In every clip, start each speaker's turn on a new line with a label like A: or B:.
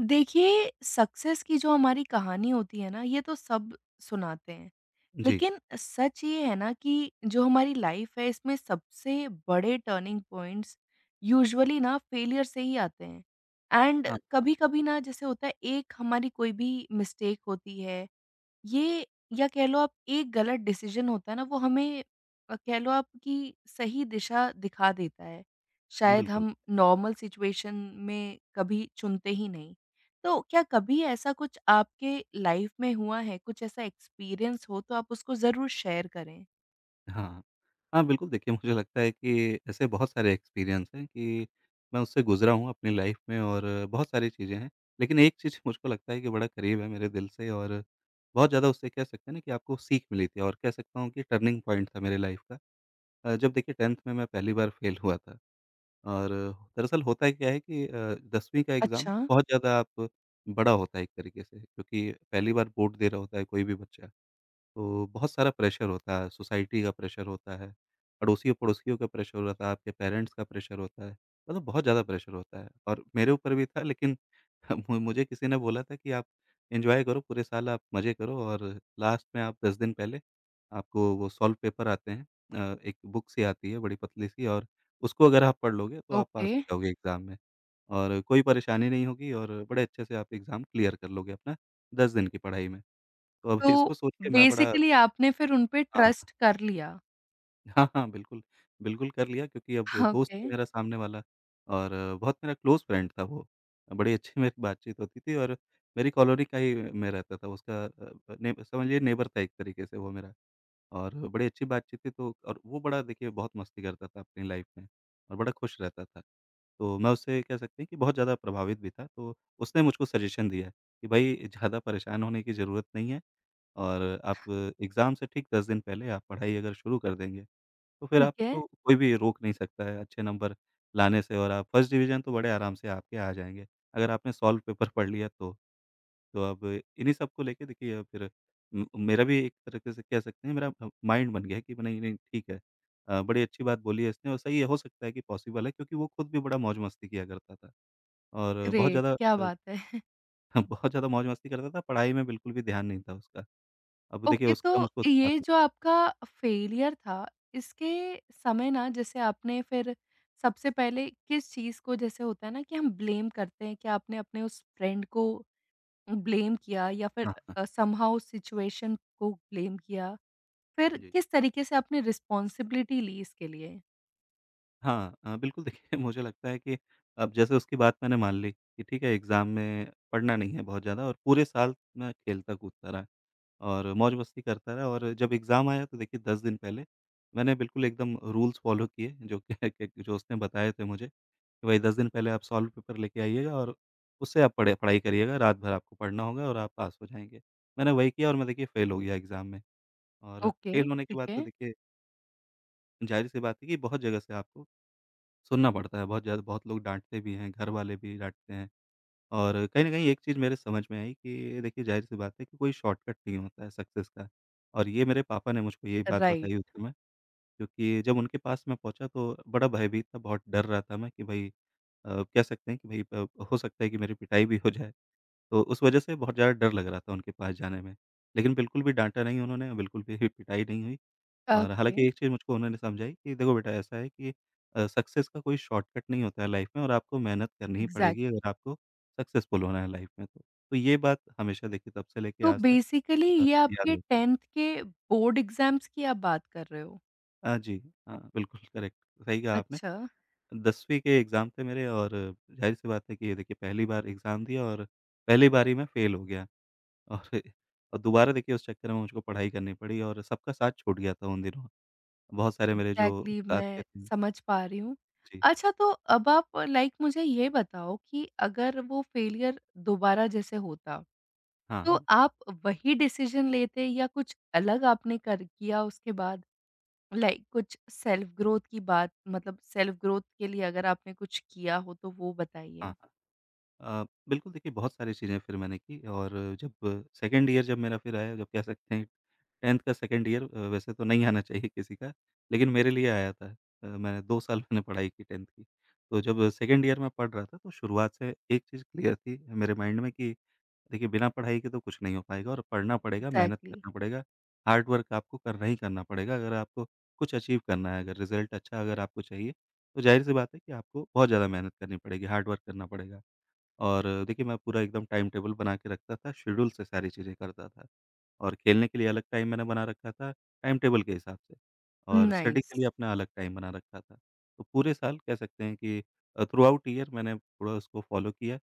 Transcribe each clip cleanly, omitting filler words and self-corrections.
A: देखिए, सक्सेस की जो हमारी कहानी होती है ना, ये तो सब सुनाते हैं।
B: जी।
A: लेकिन सच ये है ना कि जो हमारी लाइफ है, इसमें सबसे बड़े टर्निंग पॉइंट्स यूजुअली ना फेलियर से ही आते हैं। एंड
B: हाँ,
A: कभी-कभी ना जैसे होता है, एक हमारी कोई भी मिस्टेक होती है ये या कह लो आप एक गलत डिसीज़न होता है ना, वो हमें कह लो आप कि सही दिशा दिखा देता है। शायद
B: बिल्कुल।
A: हम नॉर्मल सिचुएशन में कभी चुनते ही नहीं। तो क्या कभी ऐसा कुछ आपके लाइफ़ में हुआ है, कुछ ऐसा एक्सपीरियंस हो तो आप उसको ज़रूर शेयर करें?
B: हाँ। हाँ, बिल्कुल देखिए, मुझे लगता है कि ऐसे बहुत सारे एक्सपीरियंस हैं कि मैं उससे गुज़रा हूँ अपनी लाइफ़ में, और बहुत सारी चीज़ें हैं। लेकिन एक चीज़ मुझको लगता है कि बड़ा करीब है मेरे दिल से, और बहुत ज़्यादा उससे कह सकते हैं ना कि आपको सीख मिली थी, और कह सकता हूँ कि टर्निंग पॉइंट था मेरे लाइफ़ का। जब देखिए 10th में मैं पहली बार फ़ेल हुआ था, और दरअसल होता है क्या है कि 10वीं का एग्ज़ाम
A: अच्छा,
B: बहुत ज़्यादा आप बड़ा होता है एक तरीके से, क्योंकि पहली बार बोर्ड दे रहा होता है कोई भी बच्चा। तो बहुत सारा प्रेशर होता है, सोसाइटी का प्रेशर होता है, पड़ोसियों-पड़ोसियों का प्रेशर होता है, आपके पेरेंट्स का प्रेशर होता है, मतलब बहुत ज़्यादा प्रेशर होता है, और मेरे ऊपर भी था। लेकिन मु मुझे किसी ने बोला था कि आप एन्जॉय करो, पूरे साल आप मज़े करो, और लास्ट में आप 10 दिन पहले आपको वो सॉल्व पेपर आते हैं, एक बुक सी आती है बड़ी पतली सी, और उसको अगर आप पढ़ लोगे तो आप
A: ओके।
B: पास हो जाओगे एग्ज़ाम में, और कोई परेशानी नहीं होगी, और बड़े अच्छे से आप एग्ज़ाम क्लियर कर लोगे अपना 10 दिन की पढ़ाई में। तो अब
A: तो
B: इसको सोच के मैं बड़ा।
A: बेसिकली आपने फिर उन पे
B: हाँ।
A: ट्रस्ट कर लिया।
B: हाँ, हाँ, बिल्कुल। बिल्कुल कर लिया, क्योंकि अब वो दोस्त
A: ओके।
B: है मेरा सामने वाला, और बहुत मेरा क्लोज़ फ्रेंड था वो। बड़ी अच्छी मेरी बातचीत होती थी, और मेरी कॉलोनी का ही मैं रहता था उसका। अ, ने समझिए नेबर था एक तरीके से वो मेरा। और बड़ी अच्छी बातचीत थी तो, और वो बड़ा देखिए बहुत मस्ती करता था अपनी लाइफ़ में, और बड़ा खुश रहता था। तो मैं उससे कह सकते हैं कि बहुत ज़्यादा प्रभावित भी था। तो उसने मुझको सजेशन दिया कि भई ज़्यादा परेशान होने की ज़रूरत नहीं है। और आप एग्ज़ाम से ठीक 10 दिन पहले आप पढ़ाई अगर शुरू कर देंगे, तो फिर
A: ठीक है,
B: आपको कोई भी रोक नहीं सकता है अच्छे नंबर लाने से, और आप फर्स्ट डिवीज़न तो बड़े आराम से आपके आ जाएँगे, अगर आपने सॉल्व पेपर पढ़ लिया तो। तो अब इन्हीं सब को लेके देखिए, फिर म मेरा भी एक तरीके से कह सकते हैं मेरा माइंड बन गया है कि नहीं, नहीं ठीक है। बड़ी अच्छी बात बोली है इसने, और सही है, हो सकता है कि पॉसिबल है, क्योंकि वो खुद भी बड़ा मौज-मस्ती किया करता था। और बहुत
A: ग्रेट,
B: ज़्यादा
A: क्या बात है।
B: हाँ, बहुत ज़्यादा मौज-मस्ती करता था, पढ़ाई में बिल्कुल भी ध्यान नहीं था उसका। अब देखिए
A: ओके,
B: उसका
A: तो
B: मुझको साथ
A: ये
B: में।
A: जो आपका फेलियर था, इसके समय ना जैसे आपने फिर सबसे पहले किस चीज़ को जैसे होता है ना कि हम ब्लेम करते हैं, क्या आपने अपने उस फ्रेंड को ब्लेम किया या फिर
B: हाँ, हाँ।
A: समहाउ सिचुएशन को ब्लेम किया? फिर
B: जी।
A: किस तरीके से आपने रिस्पॉन्सिबिलिटी ली इसके लिए?
B: हाँ, बिल्कुल देखिए, मुझे लगता है कि अब जैसे उसकी बात मैंने मान ली कि ठीक है, एग्ज़ाम में पढ़ना नहीं है बहुत ज़्यादा, और पूरे साल मैं खेलता-कूदता रहा और मौज-मस्ती करता रहा। और जब एग्ज़ाम आया तो देखिए 10 दिन पहले मैंने बिल्कुल एकदम रूल्स फ़ॉलो किए जो कि कि जो उसने बताए थे मुझे, कि भाई 10 दिन पहले आप सॉल्व पेपर लेके आइएगा, और उससे आप पढ़े पढ़ाई करिएगा, रात भर आपको पढ़ना होगा, और आप पास हो जाएँगे। मैंने वही किया, और मैं देखिए फ़ेल हो गया एग्ज़ाम में। और
A: ओके,
B: फ़ेल होने के
A: ठीक
B: बाद तो
A: है।
B: देखिए ज़ाहिर-सी बात है कि बहुत जगह से आपको सुनना पड़ता है, बहुत ज़्यादा बहुत लोग डाँटते भी हैं, घर वाले भी डाँटते हैं, और कहीं न कहीं एक चीज़ मेरे समझ में आई कि देखिए ज़ाहिर-सी बात है कि कोई शॉर्टकट नहीं होता है सक्सेस का। और ये मेरे पापा ने मुझको यही बात
A: राइट,
B: बताई उस समय, क्योंकि जब उनके पास मैं पहुँचा तो बड़ा भयभीत था, बहुत डर रहा था मैं कि भई कह सकते हैं कि भई हो सकता है कि मेरी पिटाई भी हो जाए। तो उस वजह से बहुत ज़्यादा डर लग रहा था उनके पास जाने में। लेकिन बिल्कुल भी डाँटा नहीं उन्होंने, बिल्कुल भी पिटाई नहीं हुई, और
A: ओके,
B: हालाँकि एक चीज़ मुझको उन्होंने समझाई कि देखो बेटा ऐसा है कि सक्सेस का कोई शॉर्टकट नहीं होता है लाइफ़ में, और आपको मेहनत करनी ही पड़ेगी
A: एग्ज़ैक्टली।
B: अगर आपको सक्सेसफुल होना है लाइफ़ में तो। तो ये बात हमेशा देखिए तब से लेके
A: तो
B: आज तक
A: बेसिकली
B: अ,
A: ये
B: याद
A: आपके
B: रहती है।
A: 10th के बोर्ड एग्ज़ाम्स की आप बात कर रहे हो?
B: हाँ जी, हाँ, बिल्कुल करेक्ट, सही कहा आपने।
A: अच्छा।
B: 10वीं के एग्ज़ाम थे मेरे, और ज़ाहिर-सी बात है कि ये देखिए पहली बार एग्ज़ाम दिया, और पहली बारी में फ़ेल हो गया। और और दोबारा देखिए उस चक्कर में मुझको पढ़ाई करनी पड़ी, और सबका साथ छूट गया था उन दिनों। बहुत सारे मेरे जो
A: एग्ज़ैक्टली
B: साथ के
A: मैं
B: थे।
A: समझ पा रही हूँ।
B: जी।
A: अच्छा तो अब आप लाइक मुझे ये बताओ कि अगर वो फेलियर दोबारा जैसे होता,
B: हाँ,
A: तो
B: हाँ।
A: आप वही डिसीज़न लेते या कुछ अलग आपने कर किया उसके बाद? लाइक कुछ सेल्फ़ ग्रोथ की बात मतलब सेल्फ़ ग्रोथ के लिए अगर आपने कुछ किया हो तो वो बताइए?
B: हाँ, हाँ। बिल्कुल देखिए, बहुत सारी चीज़ें फिर मैंने की, और जब सेकंड ईयर जब मेरा फिर आया, जब कह सकते हैं 10th का सेकंड ईयर, वैसे तो नहीं आना चाहिए किसी का, लेकिन मेरे लिए आया था। मैंने 2 साल मैंने पढ़ाई की 10th की। तो जब सेकंड ईयर में पढ़ रहा था, तो शुरुआत से एक चीज़ क्लियर थी मेरे माइंड में कि देखिए बिना पढ़ाई के तो कुछ नहीं हो पाएगा, और पढ़ना पड़ेगा, मेहनत
A: एग्ज़ैक्टली
B: करना पड़ेगा, हार्ड वर्क आपको करना ही करना पड़ेगा अगर आपको कुछ अचीव करना है, अगर रिज़ल्ट अच्छा अगर आपको चाहिए, तो ज़ाहिर-सी बात है कि आपको बहुत ज़्यादा मेहनत करनी पड़ेगी, हार्ड वर्क करना पड़ेगा। और देखिए, मैं पूरा एकदम टाइम टेबल बना के रखता था, शेड्यूल से सारी चीज़ें करता था। और खेलने के लिए अलग टाइम मैंने बना रखा था, टाइम टेबल के हिसाब से, और स्टडी
A: नाइस
B: के लिए अपना अलग टाइम बना रखा था। तो पूरे साल कह सकते हैं कि थ्रूआउट ईयर मैंने थोड़ा उसको फ़ॉलो किया,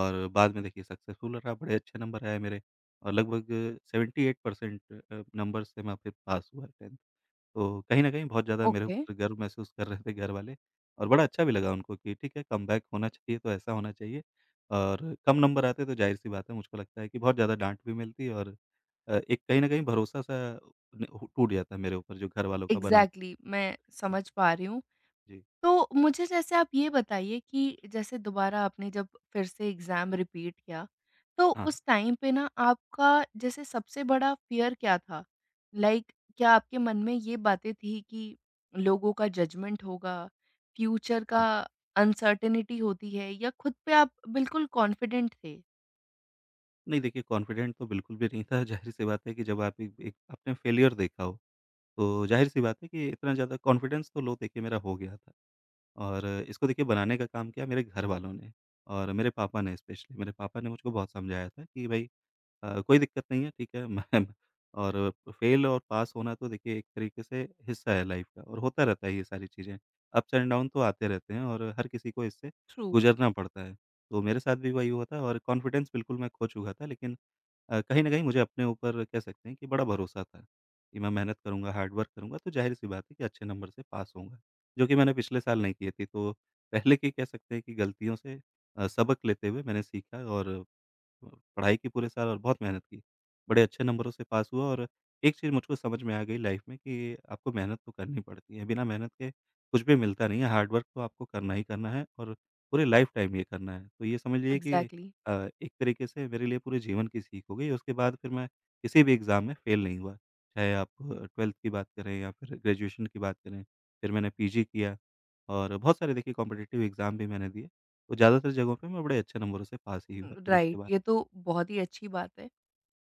B: और बाद में देखिए सक्सेसफुल रहा, बड़े अच्छे नंबर आए मेरे, और लगभग 78% नंबर से मैं फिर पास हुआ 10th। तो कहीं न कहीं बहुत ज़्यादा मेरे
A: ओके
B: ऊपर गर्व महसूस कर रहे थे घरवाले, और बड़ा अच्छा भी लगा उनको कि ठीक है, कमबैक होना चाहिए तो ऐसा होना चाहिए। और कम नंबर आते तो ज़ाहिर-सी बात है, मुझको लगता है कि बहुत ज़्यादा डाँट भी मिलती, और एक कहीं न कहीं भरोसा-सा न हो टूट जाता है मेरे ऊपर जो घरवालों का बना हुआ था
A: एग्ज़ैक्टली मैं समझ
B: मुझसे।
A: पा रही हूँ।
B: जी।
A: तो मुझे जैसे आप ये बताइए कि जैसे दोबारा आपने जब फिर से एग्ज़ाम रिपीट किया, तो
B: हाँ,
A: उस टाइम पे ना आपका जैसे सबसे बड़ा फ़ियर क्या था? लाइक क्या आपके मन में ये बातें थी कि लोगों का जजमेंट होगा, फ्यूचर
B: हाँ।
A: का अनसर्टेनिटी होती है या खुद पे आप बिल्कुल कॉन्फिडेंट थे?
B: नहीं देखिए, कॉन्फिडेंट तो बिल्कुल भी नहीं था। ज़ाहिर-सी बात है कि जब आप एक एक आपने फेलियर देखा हो, तो ज़ाहिर-सी बात है कि इतना ज़्यादा कॉन्फिडेंस तो लो देखिए मेरा हो गया था। और इसको देखिए बनाने का काम किया मेरे घरवालों ने, और मेरे पापा ने, स्पेशली मेरे पापा ने मुझको बहुत समझाया था कि भाई कोई दिक्कत नहीं है, ठीक है मैं। और फेल और पास होना तो देखिए एक तरीके से हिस्सा है लाइफ का, और होता रहता है ये सारी चीज़ें, अप्स एंड डाउन तो आते रहते हैं, और हर किसी को इससे
A: ट्रू।
B: गुजरना पड़ता है। तो मेरे साथ भी वही हुआ था, और कॉन्फिडेंस बिल्कुल मैं खो चुका था। लेकिन कहीं न कहीं मुझे अपने ऊपर कह सकते हैं कि बड़ा भरोसा था, कि मैं मेहनत करूँगा, हार्ड वर्क करूँगा, तो ज़ाहिर-सी बात है कि अच्छे नंबर से पास होऊँगा, जो कि मैंने पिछले साल नहीं किए थे। तो पहले की कह सकते हैं कि गलतियों से सबक लेते हुए मैंने सीखा, और पढ़ाई की पूरे साल और बहुत मेहनत की। बड़े अच्छे नंबरों से पास हुआ। और एक चीज़ मुझको समझ में आ गई लाइफ़ में कि आपको मेहनत तो करनी पड़ती है। बिना मेहनत के कुछ भी मिलता नहीं है, हार्ड वर्क तो आपको करना ही करना है, और पूरे लाइफ़टाइम ये करना है। तो ये समझ लीजिए कि
A: एग्ज़ैक्टली
B: एक तरीके से मेरे लिए पूरे जीवन की सीख हो गई। उसके बाद फिर मैं किसी भी एग्ज़ाम में फ़ेल नहीं हुआ। चाहे आप 12th की बात करें या फिर ग्रेजुएशन की बात करें, फिर मैंने पीजी किया, और बहुत सारे देखिए कॉम्पिटिटिव एग्ज़ाम भी मैंने दिए। तो ज़्यादातर जगहों पे मैं बड़े अच्छे नंबरों से पास ही हुआ फिर उसके
A: राइट,
B: बाद।
A: ये तो बहुत ही अच्छी बात है।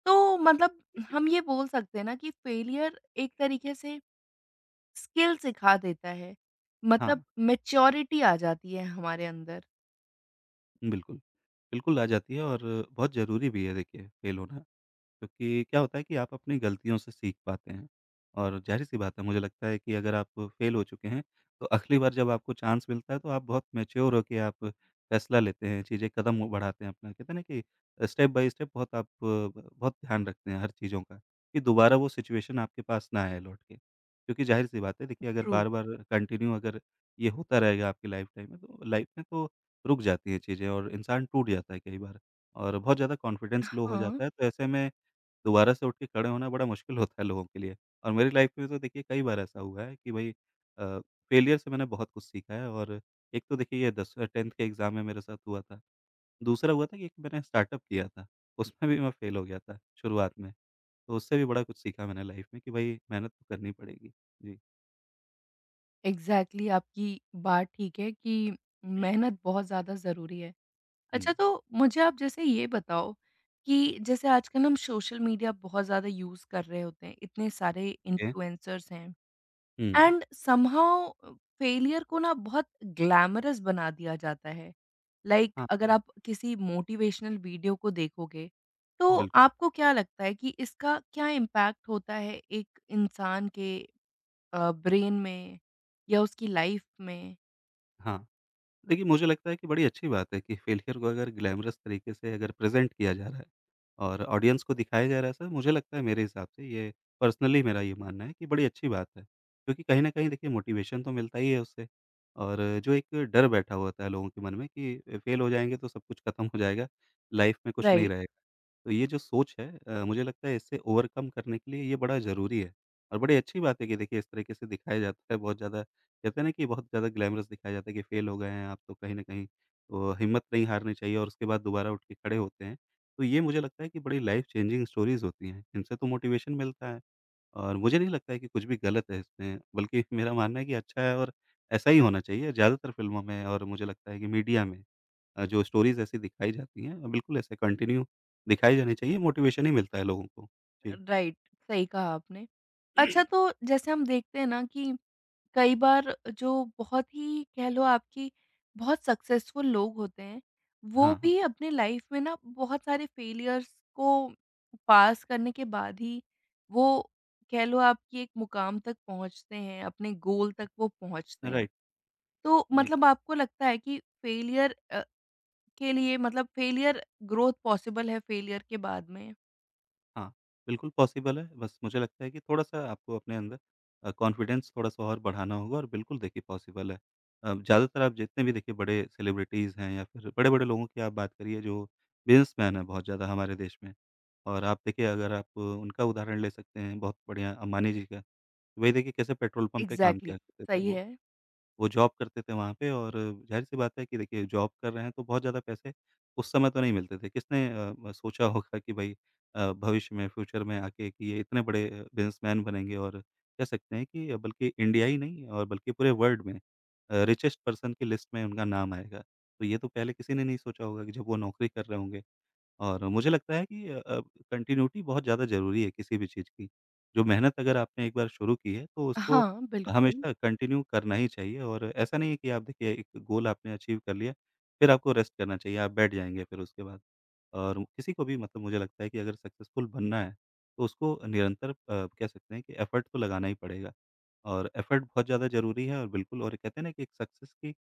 A: तो मतलब हम ये बोल सकते हैं ना कि फेलियर एक तरीके से स्किल सिखा देता है।
B: हाँ,
A: मतलब मैच्योरिटी आ जाती है हमारे अंदर।
B: बिल्कुल। बिल्कुल आ जाती है, और बहुत ज़रूरी भी है देखिए, फ़ेल होना। क्योंकि क्या होता है कि आप अपनी गलतियों से सीख पाते हैं, और ज़ाहिर-सी बात है, मुझे लगता है कि अगर आप फ़ेल हो चुके हैं, तो अगली बार जब आपको चांस मिलता है तो आप बहुत मैच्योर होके आप फ़ैसला लेते हैं, चीज़ें कदम वो बढ़ाते हैं अपना, कहते हैं ना कि स्टेप बाय स्टेप, बहुत आप ब बहुत ध्यान रखते हैं हर चीज़ों का, कि दोबारा वो सिचुएशन आपके पास ना आए लौट के। क्योंकि ज़ाहिर-सी बात है देखिए, अगर
A: ट्रू।
B: बार-बार कंटिन्यू अगर ये होता रहेगा आपकी लाइफ़ टाइम में, तो लाइफ़ में तो रुक जाती हैं चीज़ें, और इंसान टूट जाता है कई बार, और बहुत ज़्यादा कॉन्फिडेंस लो हो
A: हाँ,
B: जाता है। तो ऐसे में दोबारा से उठ के खड़े होना बड़ा मुश्किल होता है लोगों के लिए। और मेरी लाइफ में तो देखिए कई बार ऐसा हुआ है कि भाई अ, फेलियर से मैंने बहुत कुछ सीखा है। और एक तो देखिए ये 10 10th के एग्ज़ाम में मेरे साथ हुआ था। दूसरा हुआ था कि एक मैंने स्टार्टअप किया था, उसमें भी मैं फेल हो गया था शुरुआत में। तो उससे भी बड़ा कुछ सीखा मैंने लाइफ में कि भाई मेहनत तो करनी पड़ेगी। जी।
A: एग्ज़ैक्टली आपकी बात ठीक है कि
B: हुँ।
A: मेहनत बहुत ज़्यादा ज़रूरी है।
B: हुँ।
A: अच्छा तो मुझे आप जैसे ये बताओ कि जैसे आजकल हम सोशल मीडिया बहुत ज़्यादा यूज़ कर रहे होते हैं, इतने सारे
B: ए
A: इन्फ्लुएंसर्स हैं।
B: हुँ।
A: एंड समहाउ फेलियर को ना बहुत ग्लैमरस बना दिया जाता है। लाइक,
B: हाँ,
A: अगर
B: हाँ।
A: आप किसी मोटिवेशनल वीडियो को देखोगे, तो
B: बिल्कुल,
A: आपको क्या लगता है कि इसका क्या इम्पैक्ट होता है एक इंसान के ब्रेन में या उसकी लाइफ में?
B: हाँ। देखिए, मुझे लगता है कि बड़ी अच्छी बात है कि फेलियर को अगर ग्लैमरस तरीके से अगर प्रेज़ेंट किया जा रहा है और ऑडियंस को दिखाया जा रहा है, सर मुझे लगता है मेरे हिसाब से ये पर्सनली मेरा ये मानना है कि बड़ी अच्छी बात है। क्योंकि कहीं न कहीं देखिए मोटिवेशन तो मिलता ही है उससे और जो एक डर बैठा हुआ होता है लोगों के मन में कि फेल हो जाएँगे तो सब कुछ खत्म हो जाएगा, लाइफ़ में कुछ नहीं
A: राइट।
B: रहेगा। तो ये जो सोच है मुझे लगता है इससे ओवरकम करने के लिए ये बड़ा ज़रूरी है और बड़ी अच्छी बात है कि देखिए इस तरीके से दिखाया जाता है बहुत ज़्यादा कहते हैं ना कि बहुत ज़्यादा ग्लैमरस दिखाया जाता है कि फेल हो गए हैं आप तो कहीं न कहीं तो हिम्मत नहीं हारनी चाहिए और उसके बाद दोबारा उठ के खड़े होते हैं। तो ये मुझे लगता है कि बड़ी लाइफ़ चेंजिंग स्टोरीज़ होती हैं, इनसे तो मोटिवेशन मिलता है और मुझे नहीं लगता है कि कुछ भी गलत है इसमें, बल्कि मेरा मानना है कि अच्छा है और ऐसा ही होना चाहिए ज़्यादातर फ़िल्मों में और मुझे लगता है कि मीडिया में जो स्टोरीज़ ऐसी दिखाई जाती हैं, बिल्कुल ऐसे कंटिन्यू दिखाई जानी चाहिए, मोटिवेशन ही मिलता है लोगों को। जी।
A: राइट, सही कहा आपने। अच्छा तो जैसे हम देखते हैं ना कि कई बार जो बहुत ही कह लो आपकी बहुत सक्सेसफुल लोग होते हैं, वो
B: हाँ, हाँ।
A: भी अपने लाइफ में ना बहुत सारे फेलियर्स को पास करने के बाद ही वो कह लो आपकी एक मुकाम तक पहुँचते हैं, अपने गोल तक वो पहुँचते हैं।
B: राइट।
A: तो
B: जी।
A: मतलब आपको लगता है कि के लिए मतलब फेलियर ग्रोथ पॉसिबल है फेलियर के बाद में?
B: हाँ, बिल्कुल पॉसिबल है। बस मुझे लगता है कि थोड़ा-सा आपको अपने अंदर कॉन्फिडेंस थोड़ा-सा और बढ़ाना होगा और बिल्कुल देखिए पॉसिबल है। ज़्यादातर आप जितने भी देखिए बड़े सेलिब्रिटीज़ हैं या फिर बड़े-बड़े लोगों की आप बात करिए जो बिज़नेसमैन हैं बहुत ज़्यादा हमारे देश में। और आप देखिए अगर आप उनका उदाहरण ले सकते हैं बहुत बढ़िया अंबानी जी का। वही देखिए कैसे पेट्रोल पंप पे काम
A: एग्ज़ैक्टली।
B: किया करते थे
A: सही
B: वो।
A: है।
B: वो जॉब करते थे वहाँ पे और ज़ाहिर-सी बात है कि देखिए जॉब कर रहे हैं तो बहुत ज़्यादा पैसे उस समय तो नहीं मिलते थे। किसने सोचा होगा कि भई भविष्य में फ्यूचर में आके कि ये इतने बड़े बिज़नेसमैन बनेंगे और कह सकते हैं कि बल्कि इंडिया ही नहीं और बल्कि पूरे वर्ल्ड में रिचेस्ट पर्सन की लिस्ट में उनका नाम आएगा। तो ये तो पहले किसी ने नहीं सोचा होगा कि जब वो नौकरी कर रहे होंगे। और मुझे लगता है कि कंटिन्यूटी बहुत ज़्यादा ज़रूरी है किसी भी चीज़ की। जो मेहनत अगर आपने एक बार शुरू की है तो उसको
A: हाँ, बिल्कुल,
B: हमेशा कंटिन्यू करना ही चाहिए और ऐसा नहीं है कि आप देखिए एक गोल आपने अचीव कर लिया, फिर आपको रेस्ट करना चाहिए, आप बैठ जाएँगे फिर उसके बाद। और किसी को भी मतलब मुझे लगता है कि अगर सक्सेसफुल बनना है, तो उसको निरंतर कह सकते हैं कि एफर्ट तो लगाना ही पड़ेगा और एफर्ट बहुत ज़्यादा ज़रूरी है और बिल्कुल और कहते हैं ना कि एक सक्सेस की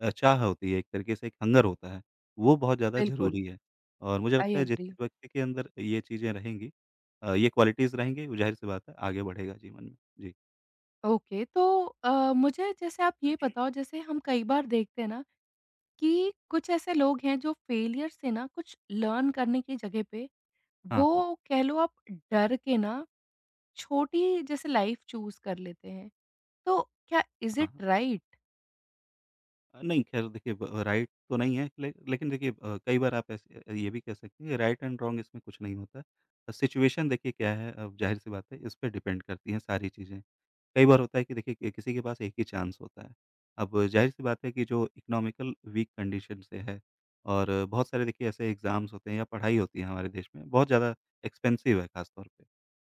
B: चाह होती है, एक तरीके से एक हंगर होता है, वो बहुत ज़्यादा
A: बिल्कुल।
B: ज़रूरी है। और मुझे
A: आई
B: लगता है जिस
A: एग्री।
B: व्यक्ति के अंदर ये चीज़ें रहेंगी ये क्वालिटीज़ रहेंगी, वो ज़ाहिर-सी बात है आगे बढ़ेगा जीवन में। जी।
A: ओके, तो मुझे जैसे आप ये बताओ जैसे हम कई बार देखते हैं ना कि कुछ ऐसे लोग हैं जो फेलियर से ना कुछ लर्न करने की जगह पे
B: हाँ,
A: वो
B: हाँ।
A: कह लो आप डर के ना छोटी जैसे लाइफ चूज़ कर लेते हैं। तो क्या इज़
B: हाँ,
A: इट
B: हाँ।
A: राइट?
B: नहीं ख़ैर देखिए ब राइट तो नहीं है ले लेकिन देखिए कई बार आप ऐसे ये भी कह सकते हैं राइट एंड रॉन्ग इसमें कुछ नहीं होता। सिचुएशन देखिए क्या है अब ज़ाहिर-सी बात है इस पे डिपेंड करती हैं सारी चीज़ें। कई बार होता है कि देखिए कि किसी के पास एक ही चांस होता है। अब ज़ाहिर-सी बात है कि जो इकोनॉमिकल वीक कंडीशन से है और बहुत सारे देखिए ऐसे एग्ज़ाम्स होते हैं या पढ़ाई होती है हमारे देश में बहुत ज़्यादा एक्सपेंसिव है ख़ासतौर पे।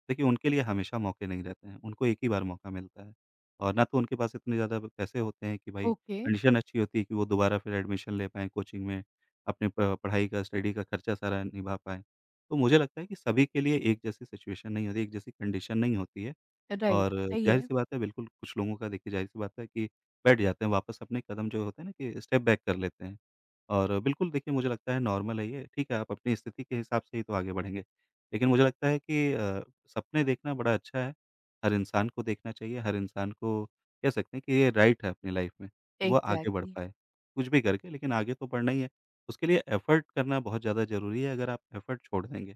B: देखिए उनके लिए हमेशा मौके नहीं रहते हैं, उनको एक ही बार मौका मिलता है और ना तो उनके पास इतने ज़्यादा पैसे होते हैं कि भाई
A: ओके,
B: कंडीशन अच्छी होती है कि वो दोबारा फिर एडमिशन ले पाएँ कोचिंग में, अपने प पढ़ाई का, स्टडी का खर्चा सारा निभा पाएँ। तो मुझे लगता है कि सभी के लिए एक जैसी सिचुएशन नहीं होती, एक जैसी कंडीशन नहीं होती है।
A: राइट
B: और
A: सही है।
B: ज़ाहिर-सी बात है बिल्कुल कुछ लोगों का देखिए ज़ाहिर-सी बात है कि बैठ जाते हैं वापस अपने कदम जो होते हैं ना कि स्टेप बैक कर लेते हैं। और बिल्कुल देखिए मुझे लगता है नॉर्मल है ये, ठीक है आप अपनी स्थिति के हिसाब से ही तो आगे बढ़ेंगे। लेकिन मुझे लगता है कि सपने देखना बड़ा अच्छा है, हर इंसान को देखना चाहिए, हर इंसान को कह सकते हैं कि ये राइट है अपनी लाइफ़ में कि वो आगे बढ़
A: एग्ज़ैक्टली,
B: पाए, कुछ भी करके लेकिन आगे तो बढ़ना ही है। उसके लिए एफर्ट करना बहुत ज़्यादा ज़रूरी है, अगर आप एफर्ट छोड़ देंगे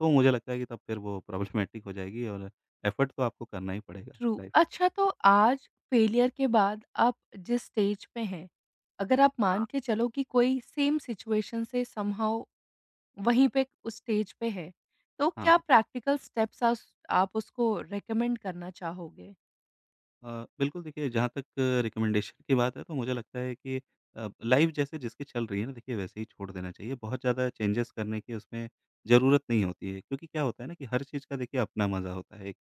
B: तो मुझे लगता है कि तब फिर वो प्रॉब्लमैटिक हो जाएगी और एफ़र्ट तो आपको करना ही पड़ेगा
A: ट्रू।
B: लाइफ़
A: अच्छा तो आज फेलियर के बाद आप जिस स्टेज पे हैं, अगर आप
B: हाँ,
A: मान के चलो कि कोई सेम सिचुएशन से समहाउ वहीं पे उस स्टेज पे है। तो
B: हाँ।
A: क्या
B: हाँ।
A: प्रैक्टिकल स्टेप्स आस आप उसको रिकमेंड करना चाहोगे?
B: अ, बिल्कुल देखिए जहाँ तक रिकमेंडेशन की बात है तो मुझे लगता है कि लाइफ़ जैसे जिसकी चल रही है ना देखिए वैसे ही छोड़ देना चाहिए। बहुत ज़्यादा चेंजेज़ करने की उसमें ज़रूरत नहीं होती है क्योंकि क्या होता है ना कि हर चीज़ का देखिए अपना मज़ा होता है।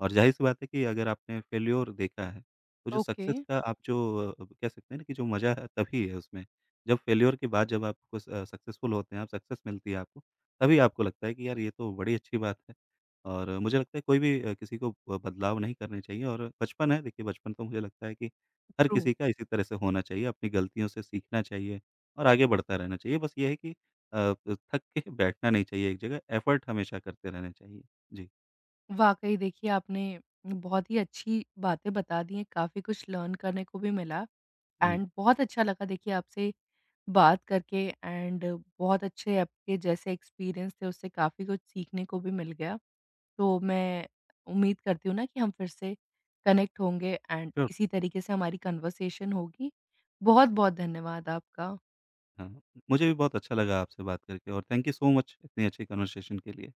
B: और ज़ाहिर-सी बात है कि अगर आपने फेल्योर देखा है, तो जो
A: ओके।
B: सक्सेस का आप जो कह सकते हैं ना कि जो मज़ा है तभी है उसमें। जब फेल्योर के बाद जब आपको स सक्सेसफुल होते हैं आप, सक्सेस मिलती है आपको, तभी आपको लगता है कि यार ये तो बड़ी अच्छी बात है। और मुझे लगता है कोई भी किसी को बदलाव नहीं करने चाहिए और बचपन है देखिए बचपन तो मुझे लगता है कि हर
A: ट्रू।
B: किसी का इसी तरह से होना चाहिए, अपनी गलतियों से सीखना चाहिए और आगे बढ़ता रहना चाहिए। बस ये है कि थक के बैठना नहीं चाहिए एक जगह, एफर्ट हमेशा करते रहने चाहिए। जी,
A: वाक़ई देखिए आपने बहुत ही अच्छी बातें बता दी हैं, काफ़ी कुछ लर्न करने को भी मिला
B: जी।
A: एंड बहुत अच्छा लगा देखिए आपसे बात करके एंड बहुत अच्छे आपके जैसे एक्सपीरियंस थे उससे काफ़ी कुछ सीखने को भी मिल गया। तो मैं उम्मीद करती हूँ ना कि हम फिर से कनेक्ट होंगे एंड
B: श्योर।
A: इसी तरीके से हमारी कन्वर्सेशन होगी। बहुत-बहुत धन्यवाद आपका।
B: हाँ, मुझे भी बहुत अच्छा लगा आपसे बात करके और थैंक यू सो मच इतनी अच्छी कन्वर्सेशन के लिए।